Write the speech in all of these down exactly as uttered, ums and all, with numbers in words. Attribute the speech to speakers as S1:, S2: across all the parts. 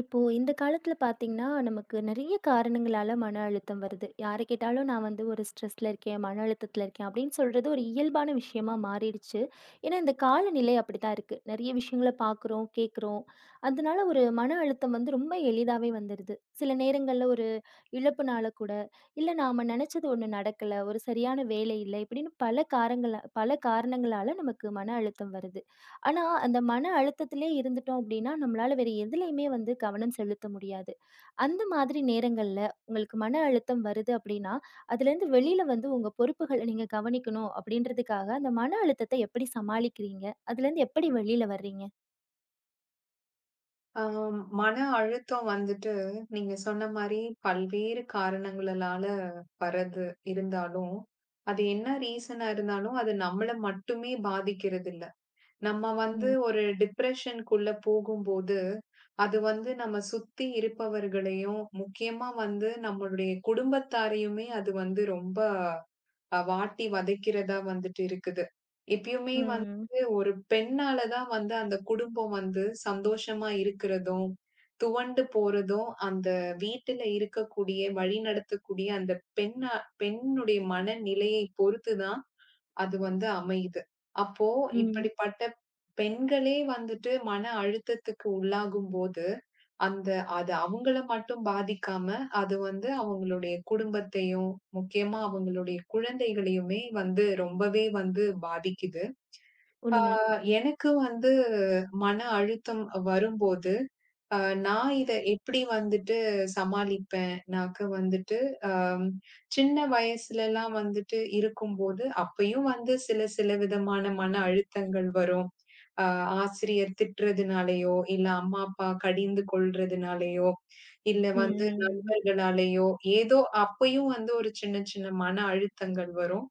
S1: இப்போ இந்த காலத்துல பார்த்தீங்கன்னா, நமக்கு நெறைய காரணங்களால மன அழுத்தம் வருது. யார கேட்டாலும் நான் வந்து ஒரு ஸ்ட்ரெஸ்ல இருக்கேன், மன அழுத்தத்துல இருக்கேன் அப்படின்னு சொல்றது ஒரு இயல்பான விஷயமா மாறிடுச்சு. ஏன்னா, இந்த காலநிலை அப்படித்தான் இருக்கு. நெறைய விஷயங்கள பார்க்குறோம், கேட்குறோம். அதனால ஒரு மன அழுத்தம் வந்து ரொம்ப எளிதாவே வந்துருது. சில நேரங்கள்ல ஒரு இழப்புனால கூட, இல்ல நாம நெனச்சது ஒண்ணு நடக்கல, ஒரு சரியான வேலை இல்ல, இப்படின்னு பல காரங்கள பல காரணங்களால நமக்கு மன அழுத்தம் வருது. ஆனா, அந்த மன அழுத்தத்திலே இருந்துட்டோம் அப்படின்னா, நம்மளால வேற எதுலயுமே வந்து கவனம் செலுத்த முடியாது. அந்த மாதிரி நேரங்கள்ல உங்களுக்கு மன அழுத்தம் வருது அப்படின்னா, அதுலேருந்து வெளியில வந்து உங்க பொறுப்புகள நீங்க கவனிக்கணும் அப்படின்றதுக்காக, அந்த மன அழுத்தத்த எப்படி சமாளிக்கிறீங்க? அதுலேருந்து எப்படி வெளியில வர்றீங்க?
S2: ஆம், மன அழுத்தம் வந்துட்டு நீங்க சொன்ன மாரி பல்வேறு காரணங்களால வர்றது இருந்தாலும், அது என்ன ரீசனா இருந்தாலும் அது நம்மள மட்டுமே பாதிக்கிறது இல்ல. நம்ம வந்து
S1: ம்.
S2: ஒரு டிப்ரஷனுக்குள்ள போகும்போது, அது வந்து நம்ம சுத்தி இருப்பவர்களையும், முக்கியமா வந்து நம்மளுடைய குடும்பத்தாரையுமே அது வந்து ரொம்ப அ வாட்டி வதைக்கிறதா வந்துட்டு இருக்குது. எப்பயுமே
S1: ம்.
S2: வந்து ஒரு பெண்ணால தான் வந்து அந்த குடும்பம் வந்து சந்தோஷமா இருக்கிறதும், துவண்டு போறதும், அந்த வீட்டில இருக்கக்கூடிய, வழிநடத்தக்கூடிய அந்த பெண்ணா பெண்ணுடைய மனநிலையை பொறுத்து தான் அது வந்து அமையுது. அப்போ
S1: ம்.
S2: இப்படிப்பட்ட பெண்களே வந்துட்டு மன அழுத்தத்துக்கு உள்ளாகும்போது, அந்த அது அவங்கள மட்டும் பாதிக்காம, அது வந்து அவங்களுடைய குடும்பத்தையும், முக்கியமா அவங்களுடைய குழந்தைகளையுமே வந்து ரொம்பவே வந்து பாதிக்குது. ஆ
S1: உண்மை.
S2: எனக்கு வந்து மன அழுத்தம் வரும்போது, அ நான் இத எப்படி வந்துட்டு சமாளிப்பேன்? நாக்கு வந்துட்டு ஹம், சின்ன வயசுலலாம் வந்துட்டு இருக்கும்போது, அப்பயும் வந்து சில சில விதமான மன அழுத்தங்கள் வரும். அ ஆசிரியர் திட்டுறதுனாலயோ, இல்ல அம்மா, அப்பா கடிந்து கொள்றதுனாலயோ, இல்ல வந்து
S1: ம்.
S2: நண்பர்களாலயோ, ஏதோ அப்பயும் வந்து ஒரு சின்ன சின்ன மன அழுத்தங்கள் வரும்.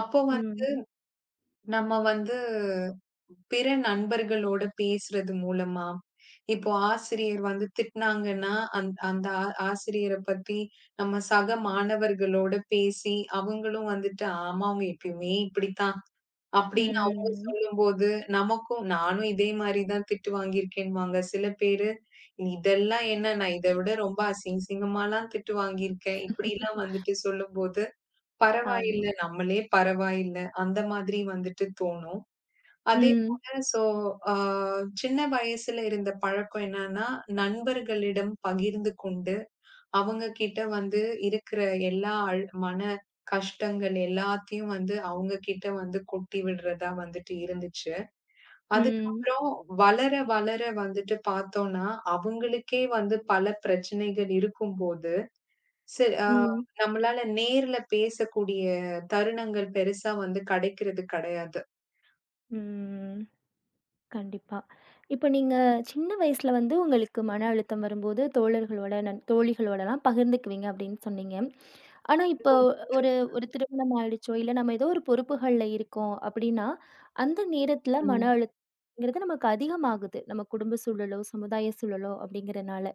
S2: அப்போ
S1: ம்.
S2: வந்து நம்ம வந்து பிற நண்பர்களோட பேசுறது மூலமா? இப்போ ஆசிரியர் வந்து திட்னாங்கன்னா, அந் அந்த ஆ ஆசிரியர பத்தி நம்ம சக மாணவர்களோட பேசி, அவங்களும் வந்துட்டு, "ஆமா, அவங்க எப்பயுமே இப்படித்தான்" அப்படின்னு அவங்க
S1: ம்.
S2: சொல்லும்போது, நமக்கும் நானும் இதே மாரி தான் திட்டு வாங்கியிருக்கேன்னுவாங்க. சில பேரு, "இதெல்லாம் என்ன? நான் இத விட ரொம்ப அசிங்க அசிங்கமாலாம் திட்டு வாங்கியிருக்கேன்."
S1: ம்.
S2: இப்படிலாம் வந்துட்டு சொல்லும்போது,
S1: ஆமா.
S2: "பரவாயில்ல, நம்மளே பரவாயில்ல." அந்த மாதிரி வந்துட்டு தோணும். அதே
S1: ம்.
S2: போல சோ, அ சின்ன வயசுல இருந்த பழக்கம் என்னன்னா, நண்பர்களிடம் பகிர்ந்து கொண்டு, அவங்க கிட்ட வந்து இருக்கிற எல்லா அழ் மன கஷ்டங்கள் எல்லாத்தையும் வந்து அவங்க கிட்ட வந்து கொட்டி விடுறதா வந்துட்டு இருந்துச்சு.
S1: ம்.
S2: அதுக்கப்புறம் வளர, வளர வந்துட்டு பார்த்தோம்னா, அவங்களுக்கே வந்து பல பிரச்சனைகள் இருக்கும்போது, சி அ
S1: ம்.
S2: நம்மளால நேர்ல பேசக்கூடிய தருணங்கள் பெருசா வந்து கிடைக்கிறது கிடையாது.
S1: ம். கண்டிப்பா. இப்ப நீங்க சின்ன வயசுல வந்து உங்களுக்கு மன அழுத்தம் வரும்போது தோழர்களோட, நண் தோழிகளோடலாம் பகிர்ந்துக்குவீங்க அப்படின்னு சொன்னீங்க. ஆனா இப்போ
S2: இருக்கும்போது
S1: ஒரு ஒரு திருமணம் ஆயிடுச்சோ, இல்ல நம்ம ஏதோ ஒரு பொறுப்புகள்ல இருக்கோம் அப்படின்னா, அந்த நேரத்துல மன
S2: ம்.
S1: அழுத்தம்ங்கிறது நமக்கு அதிகமாகுது. நம்ம குடும்ப சூழலோ, சமுதாய சூழலோ அப்படிங்கிறனால.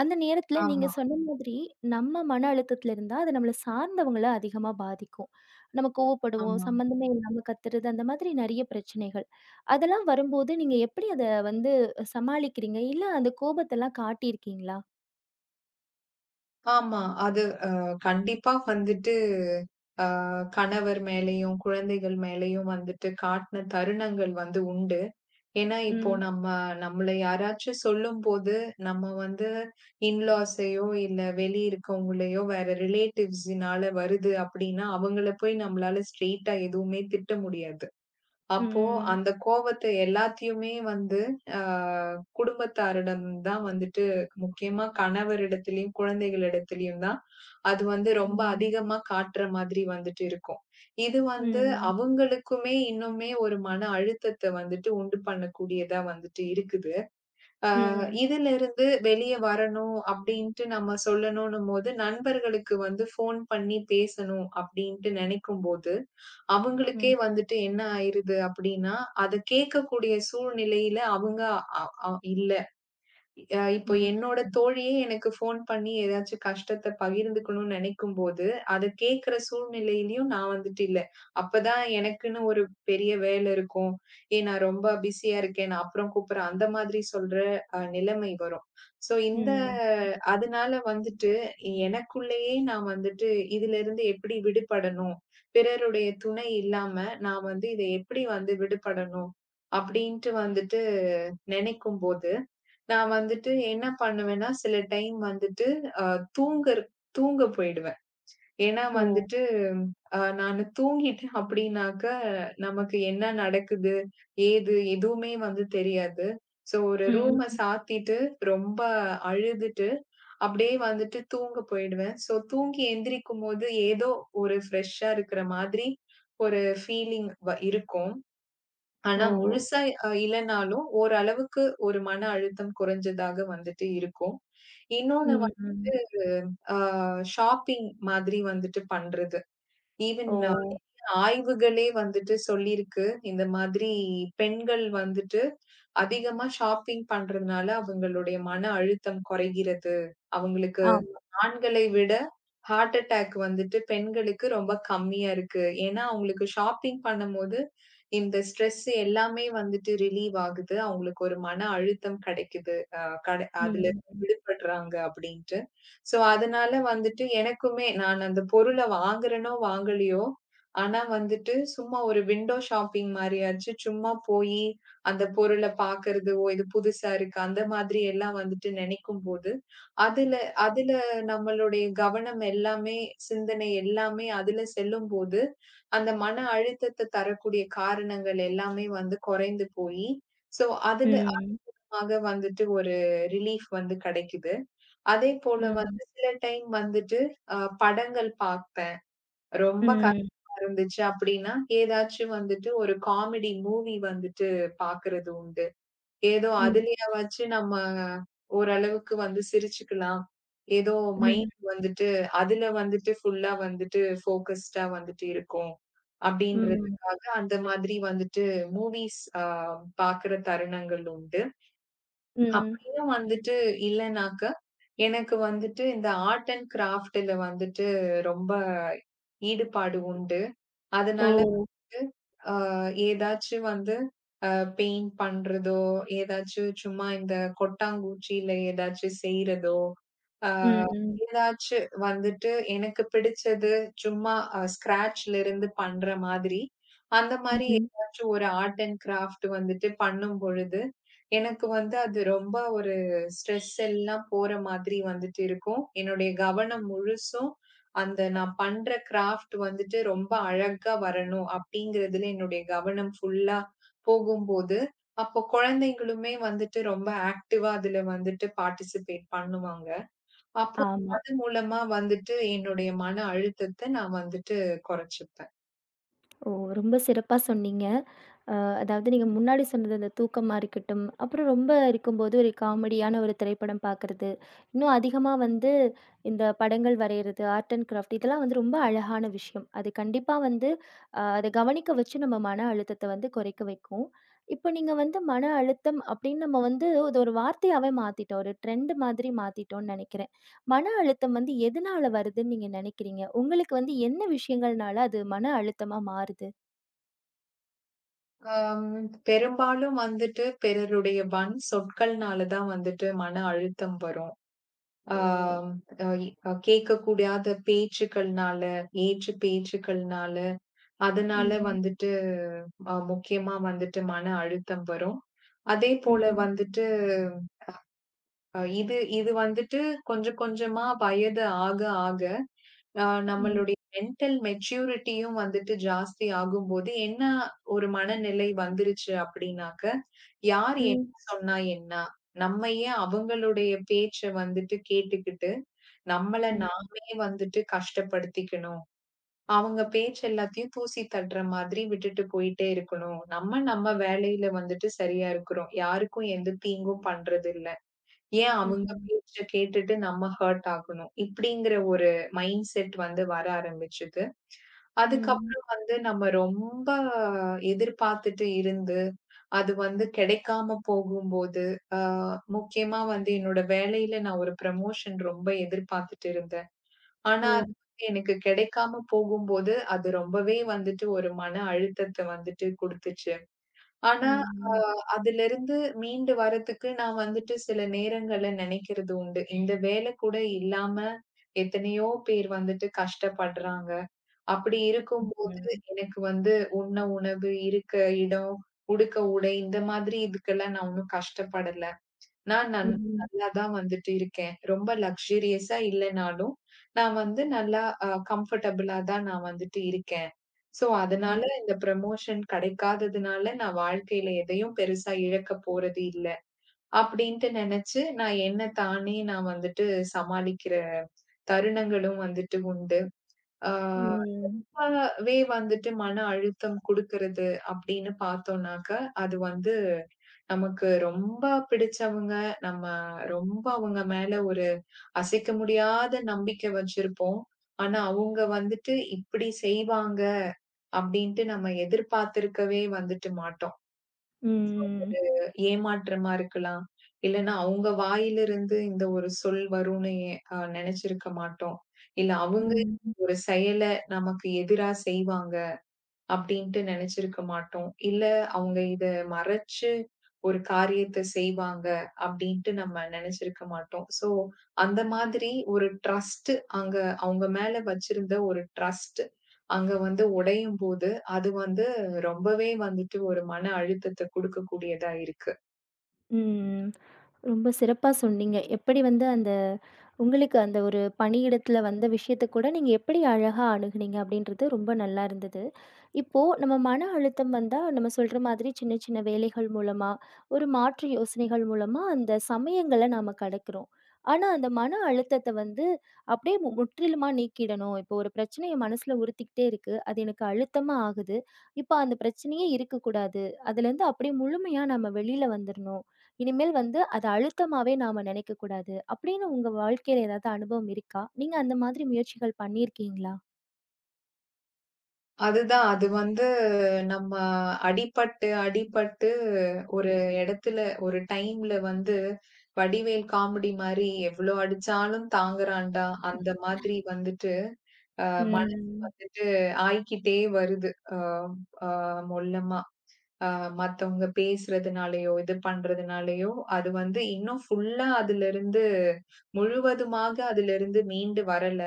S1: அந்த நேரத்துல நீங்க
S2: ஆமா,
S1: சொன்ன மாதிரி, நம்ம மன அழுத்தத்துல இருந்தா, அது நம்மள சார்ந்தவங்கள அதிகமா பாதிக்கும். நம்ம கோவப்படுவோம்,
S2: ஆமா.
S1: சம்மந்தமே இல்லாம கத்துறது, அந்த மாதிரி நெறைய பிரச்சனைகள். அதெல்லாம் வரும்போது நீங்க எப்படி அத வந்து சமாளிக்கிறீங்க? இல்ல அந்த கோபத்தெல்லாம் காட்டியிருக்கீங்களா?
S2: ஆமா. அது அ கண்டிப்பா வந்துட்டு அ கணவர் மேலயும், குழந்தைகள் மேலயும் வந்துட்டு காட்டுன தருணங்கள் வந்து உண்டு. ஏன்னா, இப்போ
S1: ம்.
S2: நம்ம நம்மள யாராச்சும் சொல்லும்போது, நம்ம வந்து இன்லாஸையோ, இல்ல வெளி இருக்கவங்களையோ, வேற ரிலேட்டிவ்ஸ்னால வருது அப்டின்னா, அவங்கள போய் நம்மளால ஸ்ட்ரெய்ட்டா எதுவுமே திட்ட முடியாது. அப்போ
S1: ம்.
S2: அந்த கோவத்த எல்லாத்தையுமே வந்து அ குடும்பத்தாரிடம் தான் வந்துட்டு முக்கியமா கணவரிடத்திலயும், குழந்தைகளிடத்திலயும் தான் அது வந்து ரொம்ப
S1: ம்.
S2: அதிகமா காட்டுற மாதிரி வந்துட்டு இருக்கும். இது வந்து
S1: ம்.
S2: அவங்களுக்குமே இன்னுமே ஒரு மன அழுத்தத்த வந்துட்டு உண்டு பண்ணக்கூடியதா வந்துட்டு இருக்குது. அ
S1: ம்.
S2: இதிலிருந்து வெளிய வரணும் அப்டின்ட்டு நம்ம சொல்லணும்னும் போது, நண்பர்களுக்கு வந்து ஃபோன் பண்ணி பேசணும் அப்டின்ட்டு நெனைக்கும்போது அவங்களுக்கே
S1: ம்.
S2: வந்துட்டு என்ன ஆயிருது அப்டின்னா, அத கேட்கக்கூடிய சூழ்நிலையில அவங்க அ அ இல்ல. அ இப்போ
S1: ம்.
S2: என்னோட தோழியே எனக்கு ஃபோன் பண்ணி ஏதாச்சும் கஷ்டத்த பகிர்ந்துக்கணும்னு நெனைக்கும்போது, அத கேட்கிற சூழ்நிலையிலயும் நான் வந்துட்டு இல்ல. அப்பதான் எனக்குன்னு ஒரு பெரிய வேலை இருக்கும். "ஏய் நான் ரொம்ப பிஸியா இருக்கேன். நான் அப்புறம் கூப்பிடுறேன்." அந்த மாதிரி சொல்ற அ நிலைமை வரும். ஸோ இந்த
S1: ம்.
S2: அதனால வந்துட்டு எனக்குள்ளேயே நான் வந்துட்டு இதிலிருந்து எப்படி விடுபடணும்? பிறருடைய துணை இல்லாம நான் வந்து இத எப்படி வந்து விடுபடணும்? அப்படின்ட்டு வந்துட்டு நெனைக்கும்போது நான் வந்துட்டு என்ன பண்ணுவேன்னா, சில டைம் வந்துட்டு அ தூங்கற தூங்க போயிடுவேன். ஏன்னா
S1: ஓ!
S2: வந்துட்டு, அ நானு தூங்கிட்டேன் அப்படின்னாக்க, நமக்கு என்ன நடக்குது? ஏது? எதுவுமே வந்து தெரியாது. ஸோ ஒரு
S1: ம்.
S2: ரூம
S1: ம்.
S2: சாத்திட்டு, ரொம்ப அழுதுட்டு, அப்படியே வந்துட்டு தூங்க போயிடுவேன். ஸோ தூங்கி எந்திரிக்கும்போது, ஏதோ ஒரு ஃப்ரெஷ்ஷா இருக்கிற மாதிரி ஒரு ஃபீலிங் வ இருக்கும்.
S1: ஓ!
S2: ஆனா முழுசா அ இல்லனாலும், ஓரளவுக்கு ஒரு மன அழுத்தம் குறைஞ்சதாக வந்துட்டு இருக்கும். இன்னொன்னு வ
S1: ம். ம்.
S2: அ ஷாப்பிங் மாதிரி வந்துட்டு பண்றது. ஈவன்
S1: ஓ!
S2: ஆய்வுகளே வந்துட்டு சொல்லியிருக்கு. இந்த மாதிரி பெண்கள் வந்துட்டு அதிகமா ஷாப்பிங் பண்றதுனால அவங்களுடைய மன அழுத்தம் குறைகிறது. அவங்களுக்கு
S1: ஆமா.
S2: ஆண்களை விட ஹார்ட் அட்டாக் வந்துட்டு பெண்களுக்கு ரொம்ப கம்மியா இருக்கு. ஏன்னா, அவங்களுக்கு ஷாப்பிங் பண்ணும்போது இந்த ஸ்ட்ரெஸ் எல்லாமே வந்துட்டு ரிலீவ் ஆகுது. அவங்களுக்கு ஒரு மன அழுத்தம் கிடைக்குது. அ கட
S1: ம்.
S2: அதுலருந்து
S1: ம்.
S2: விடுபடுறாங்க அப்படின்ட்டு. ஸோ, அதனால வந்துட்டு எனக்குமே நான் அந்த பொருள வாங்குறேனோ, வாங்கலையோ, ஆனா வந்துட்டு சும்மா ஒரு விண்டோ ஷாப்பிங் மாரியாச்சு சும்மா போயி அந்த பொருள பார்க்கறது, "ஓ! இது புதுசா இருக்கு." அந்த மாதிரி எல்லாம் வந்துட்டு நினைக்கும்போது, அதுல அதுல நம்மளுடைய கவனம் எல்லாமே, சிந்தனை எல்லாமே அதுல செல்லும்போது, அந்த மன அழுத்தத்த தரக்கூடிய காரணங்கள் எல்லாமே வந்து குறைந்து போயி, ஸோ அதுல
S1: ம்.
S2: ஆக வந்துட்டு ஒரு ரிலீஃப் வந்து கிடைக்குது. அதேபோல வந்து சில டைம் வந்துட்டு அ படங்கள் பார்ப்பேன். ரொம்ப
S1: ம்.
S2: கஷ்டமா இருந்துச்சு அப்படின்னா, ஏதாச்சும் வந்துட்டு ஒரு காமெடி மூவி வந்துட்டு பார்க்கறது உண்டு. ஏதோ
S1: ம்.
S2: அதுலயாவாச்சு நம்ம ஓரளவுக்கு வந்து சிரிச்சுக்கலாம். ஏதோ
S1: ம்.
S2: மைண்ட் வந்துட்டு அதுல வந்துட்டு ஃபுல்லா வந்துட்டு ஃபோகஸ்டா வந்துட்டு இருக்கும்.
S1: ம்.
S2: அப்படின்றதுக்காக அந்த மாதிரி வந்துட்டு மூவிஸ் அ பாக்குற தருணங்கள் உண்டு.
S1: ம்.
S2: அப்படியும் வந்துட்டு இல்லனாக்க, எனக்கு வந்துட்டு இந்த ஆர்ட் அண்ட் கிராஃப்ட் ல வந்துட்டு ரொம்ப ஈடுபாடு உண்டு.
S1: ஓ!
S2: அதனால வந்து, அ ஏதாச்சும் வந்து அ பெயிண்ட் பண்றதோ, ஏதாச்சும் சும்மா இந்த கொட்டாங்குச்சியில ஏதாச்சும் செய்றதோ, அ
S1: ம், ம்.
S2: ஏதாச்சு வந்துட்டு எனக்கு பிடிச்சது சும்மா அ ஸ்க்ராட்ச்ல இருந்து பண்ற மாதிரி, அந்த மாரி
S1: ம்.
S2: ஏதாச்சும் ஒரு ஆர்ட் அண்ட் கிராஃப்ட் வந்துட்டு பண்ணும் பொழுது, எனக்கு வந்து அது ரொம்ப ஒரு ஸ்ட்ரெஸ் எல்லாம் போற மாதிரி வந்துட்டு இருக்கும். என்னுடைய கவனம் முழுசும் அந்த நான் பண்ற கிராஃப்ட் வந்துட்டு ரொம்ப அழகா வரணும் அப்படிங்கிறதுல என்னுடைய கவனம் ஃபுல்லா போகும்போது, அப்போ குழந்தைங்களுமே வந்துட்டு ரொம்ப ஆக்டிவா அதுல வந்துட்டு பார்ட்டிசிபேட் பண்ணுவாங்க. அப்போ
S1: ஆமா.
S2: அது மூலமா வந்துட்டு என்னுடைய மன அழுத்தத்த நான் வந்துட்டு குறைச்சுப்பேன்.
S1: ஓ! ரொம்ப சிறப்பா சொன்னீங்க. அ அதாவது நீங்க முன்னாடி சொன்னது அந்த தூக்கமா இருக்கட்டும், அப்புறம் ரொம்ப இருக்கும்போது ஒரு காமெடியான ஒரு திரைப்படம் பார்க்கறது, இன்னும் அதிகமா வந்து இந்த படங்கள் வரையறது, ஆர்ட் அண்ட் கிராஃப்ட் இதெல்லாம் வந்து ரொம்ப அழகான விஷயம். அது கண்டிப்பா வந்து அ அத கவனிக்க வச்சு நம்ம மன அழுத்தத்த வந்து குறைக்க வைக்கும். இப்ப நீங்க வந்து மன அழுத்தம் அப்படின்னு நம்ம வந்து இது ஒரு வார்த்தையாவே மாத்திட்டோம். ஒரு ட்ரெண்ட் மாதிரி மாத்திட்டோம்ன்னு நெனைக்கிறேன். மன அழுத்தம் வந்து எதனால வருதுன்னு நீங்க நெனைக்கிறீங்க? உங்களுக்கு வந்து என்ன விஷயங்கள்னால அது மன அழுத்தமா மாறுது?
S2: அம் பெரும்பாலும் வந்துட்டு பிறருடைய வன் சொற்கள்னால தான் வந்துட்டு மன அழுத்தம் வரும்.
S1: ஓ!
S2: ஆம் அ இ அஹ் கேட்கக்கூடாத பேச்சுக்கள்னால, ஏச்சு பேச்சுக்கள்னால, அதனால
S1: ம்.
S2: வந்துட்டு அ முக்கியமா வந்துட்டு மன அழுத்தம் வரும். அதே போல
S1: Ừm,
S2: வந்துட்டு அ இது இது வந்துட்டு கொஞ்சம் கொஞ்சமா வயது ஆக ஆக, அ
S1: ừm,
S2: நம்மளுடைய மென்டல் மெச்சூரிட்டியும் வந்துட்டு ஜாஸ்தி ஆகும்போது, என்ன ஒரு மனநிலை வந்துருச்சு அப்படின்னாக்க, யார் என்ன
S1: ừm,
S2: சொன்னா என்ன? நம்ம ஏன் அவங்களுடைய பேச்ச வந்துட்டு கேட்டுக்கிட்டு, நம்மள
S1: ừm,
S2: நாமே வந்துட்டு கஷ்டப்படுத்திக்கணும்? அவங்க பேச்சு எல்லாத்தையும் தூசி தட்டுற மாதிரி விட்டுட்டு போயிட்டே இருக்கணும். நம்ம நம்ம வேலையில வந்துட்டு சரியா இருக்கிறோம். யாருக்கும் எந்த தீங்கும் பண்றது இல்ல. ஏன்
S1: ừm,
S2: அவங்க
S1: ừm, ừ, ừm,
S2: பேச்ச கேட்டுட்டு நம்ம ஹர்ட் ஆகணும்? இப்படிங்கிற ஒரு மைண்ட் செட் வந்து வர ஆரம்பிச்சது.
S1: ம்,
S2: அதுக்கப்புறம் வந்து நம்ம ரொம்ப எதிர்பார்த்துட்டு இருந்து, அது வந்து கிடைக்காம போகும்போது, அ முக்கியமா வந்து என்னோட வேலையில நான் ஒரு ப்ரமோஷன் ரொம்ப எதிர்பார்த்துட்டு இருந்தேன். ஆனா, அது வந்து எனக்கு கிடைக்காம போகும்போது, அது ரொம்பவே வந்துட்டு ஒரு மன அழுத்தத்த வந்துட்டு குடுத்துச்சு. ஆனா,
S1: ம்,
S2: அதிலிருந்து மீண்டு வரதுக்கு நான் வந்துட்டு சில நேரங்கள்ல நினைக்கிறது உண்டு. இந்த வேலை கூட இல்லாம எத்தனையோ பேர் வந்துட்டு கஷ்டப்படுறாங்க. அப்படி இருக்கும்போது எனக்கு வந்து உண்ண உணவு, இருக்க இடம், உடுக்க உடை இந்த மாதிரி இதுக்கெல்லாம் நான் ஒண்ணும் கஷ்டப்படல. நான் நன்
S1: ம்,
S2: நல்லா தான் வந்துட்டு இருக்கேன். ரொம்ப லக்ஸூரியஸா இல்லனாலும், நான் வந்து நல்லா அ கம்ஃபர்டபுளா தான் நான் வந்துட்டு இருக்கேன். ஸோ, அதனால இந்த ப்ரமோஷன் கிடைக்காததுனால நான் வாழ்க்கையில எதையும் பெருசா இழக்க போறது இல்ல. அப்படின்ட்டு நெனச்சு, நான் என்ன தானே நான் வந்துட்டு சமாளிக்கிற தருணங்களும் வந்துட்டு உண்டு. ஆ
S1: ம்,
S2: ரொம்பவே வந்துட்டு மன அழுத்தம் குடுக்கறது அப்படின்னு பார்த்தோம்னாக்க, அது வந்து நமக்கு ரொம்ப பிடிச்சவங்க, நம்ம ரொம்ப அவங்க மேல ஒரு அசைக்க முடியாத நம்பிக்கை வச்சிருப்போம். ஆனா, அவங்க வந்துட்டு இப்படி செய்வாங்க அப்படின்ட்டு நம்ம எதிர்பார்த்திருக்கவே வந்துட்டு மாட்டோம். ஏமாற்றமா இருக்கலாம். இல்லன்னா அவங்க வாயிலிருந்து இந்த ஒரு சொல் வரும்னு அ நெனைச்சிருக்க மாட்டோம். இல்ல அவங்க
S1: ம், ம்.
S2: ஒரு செயல நமக்கு எதிரா செய்வாங்க. அப்படின்ட்டு நெனச்சிருக்க மாட்டோம். இல்ல அவங்க இத மறைச்சு ஒரு காரியத்த செய்வாங்க அப்படின்ட்டு நம்ம நெனச்சிருக்க மாட்டோம். ஸோ, அந்த மாதிரி ஒரு ட்ரஸ்ட் அங்க அவங்க மேல வச்சிருந்த ஒரு ட்ரஸ்ட் அங்க வந்து உடையும்போது, அது வந்து ரொம்பவே வந்துட்டு ஒரு மன அழுத்தத்த குடுக்கக்கூடியதா இருக்கு.
S1: ம். ரொம்ப சிறப்பா சொன்னீங்க. எப்படி வந்து அந்த உங்களுக்கு அந்த ஒரு பணியிடத்தில வந்த விஷயத்த கூட நீங்க எப்படி அழகா அணுகுனீங்க அப்படின்றது ரொம்ப நல்லா இருந்தது. இப்போ நம்ம மன அழுத்தம் வந்தா, நம்ம சொல்ற மாதிரி சின்ன சின்ன வேலைகள் மூலமா, ஒரு மாற்று யோசனைகள் மூலமா அந்த சமயங்கள நாம கடக்கிறோம். ஆனா, அந்த மன அழுத்தத்த வந்து அப்படியே மு முற்றிலுமா நீக்கிடணும். இப்போ ஒரு பிரச்சனைய மனசுல உறுத்திக்கிட்டே இருக்கு. அது எனக்கு அழுத்தமா ஆகுது. இப்போ அந்த பிரச்சனையே இருக்கக்கூடாது. அதுலேருந்து அப்படியே முழுமையா நம்ம வெளியில வந்துரணும். இனிமேல் வந்து அது அழுத்தமாவே நாம நினைக்கக்கூடாது. அப்படின்னு உங்க வாழ்க்கையில ஏதாவது அனுபவம் இருக்கா? நீங்க அந்த மாதிரி முயற்சிகள் பண்ணியிருக்கீங்களா?
S2: அதுதான். அது வந்து நம்ம அடிபட்டு, அடிபட்டு ஒரு இடத்துல ஒரு டைம்ல வந்து வடிவேல் காமெடி மாரி எவ்ளோ அடிச்சாலும் தாங்குறான்டா! அந்த மாதிரி வந்துட்டு அ மனம்
S1: ம்.
S2: வந்துட்டு ஆயிக்கிட்டே வருது. அ அ மொல்லமா. அ மத்தவங்க பேசுறதுனாலயோ, இது பண்றதுனாலயோ, அது வந்து இன்னும் ஃபுல்லா அதிலிருந்து முழுவதுமாக அதிலிருந்து மீண்டு வரல.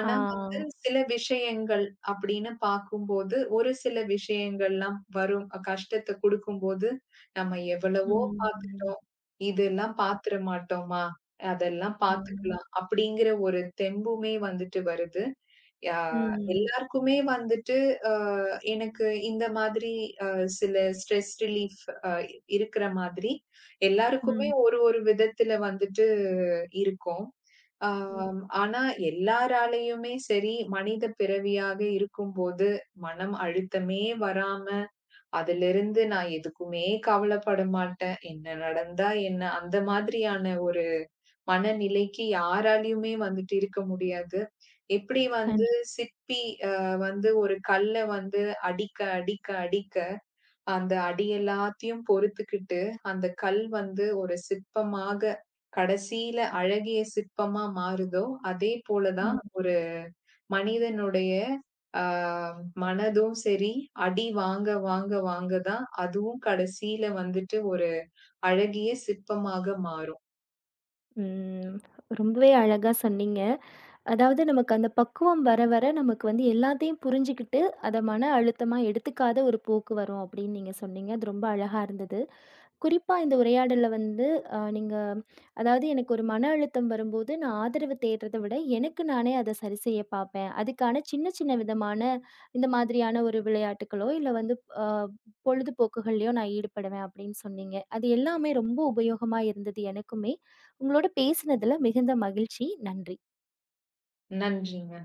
S1: ஆ.
S2: வந்து சில விஷயங்கள் அப்படின்னு பார்க்கும்போது, ஒரு சில விஷயங்கள்லாம் வரும். கஷ்டத்த குடுக்கும்போது, நம்ம எவ்வளவோ
S1: ம்,
S2: பார்த்து
S1: ம்.
S2: இதெல்லாம் பார்த்துற மாட்டோமா? அதெல்லாம்
S1: ம்.
S2: பார்த்துக்கலாம். அப்படிங்கிற ஒரு தெம்புமே வந்துட்டு வருது. அ
S1: ம்.
S2: எல்லாருக்குமே வந்துட்டு அ எனக்கு இந்த மாதிரி அ சில ஸ்ட்ரெஸ் ரிலீஃப் அ இருக்கிற மாதிரி, எல்லாருக்குமே
S1: ம்.
S2: ஒரு ஒரு விதத்துல வந்துட்டு இருக்கும். ஆம், ஆனா எல்லாராலயுமே சரி, மனித பிறவியாக இருக்கும்போது, மனம் அழுத்தமே வராம, அதிலிருந்து நான் எதுக்குமே கவலைப்பட மாட்டேன். என்ன நடந்தா என்ன? அந்த மாதிரியான ஒரு மனநிலைக்கு யாராலயுமே வந்துட்டு இருக்க முடியாது. எப்படி வந்து
S1: கண்டிப்பா.
S2: சிற்பி அ வந்து ஒரு கல்ல வந்து அடிக்க, அடிக்க, அடிக்க அந்த அடி எல்லாத்தையும் பொறுத்துக்கிட்டு, அந்த கல் வந்து ஒரு சிற்பமாக கடைசியில அழகிய சிற்பமா மாறுதோ, அதே போல
S1: ம்.
S2: தான் ஒரு மனிதனுடைய ஆ மனதும் சரி, அடி வாங்க வாங்க வாங்க தான் அதுவும் கடைசியில வந்துட்டு ஒரு அழகிய சிற்பமாக மாறும்.
S1: ம். ரொம்பவே அழகா சொன்னீங்க. அதாவது நமக்கு அந்த பக்குவம் வர வர நமக்கு வந்து எல்லாத்தையும் புரிஞ்சுகிட்டு, அத மன அழுத்தமா எடுத்துக்காத ஒரு போக்கு வரும் அப்படின்னு நீங்க சொன்னீங்க. அது ரொம்ப அழகா இருந்தது. குறிப்பா இந்த உரையாடல்ல வந்து அ நீங்க அதாவது எனக்கு ஒரு மன அழுத்தம் வரும்போது நான் ஆதரவு தேடுறத விட எனக்கு நானே அத சரி செய்ய பார்ப்பேன். அதுக்கான சின்ன சின்ன விதமான இந்த மாதிரியான ஒரு விளையாட்டுக்களோ, இல்ல வந்து அ பொழுதுபோக்குகள்லயோ நான் ஈடுபடுவேன் அப்படின்னு சொன்னீங்க. அது எல்லாமே ரொம்ப உபயோகமா இருந்தது எனக்குமே. உங்களோட பேசினதுல மிகுந்த மகிழ்ச்சி. நன்றி.
S2: நன்றிங்க.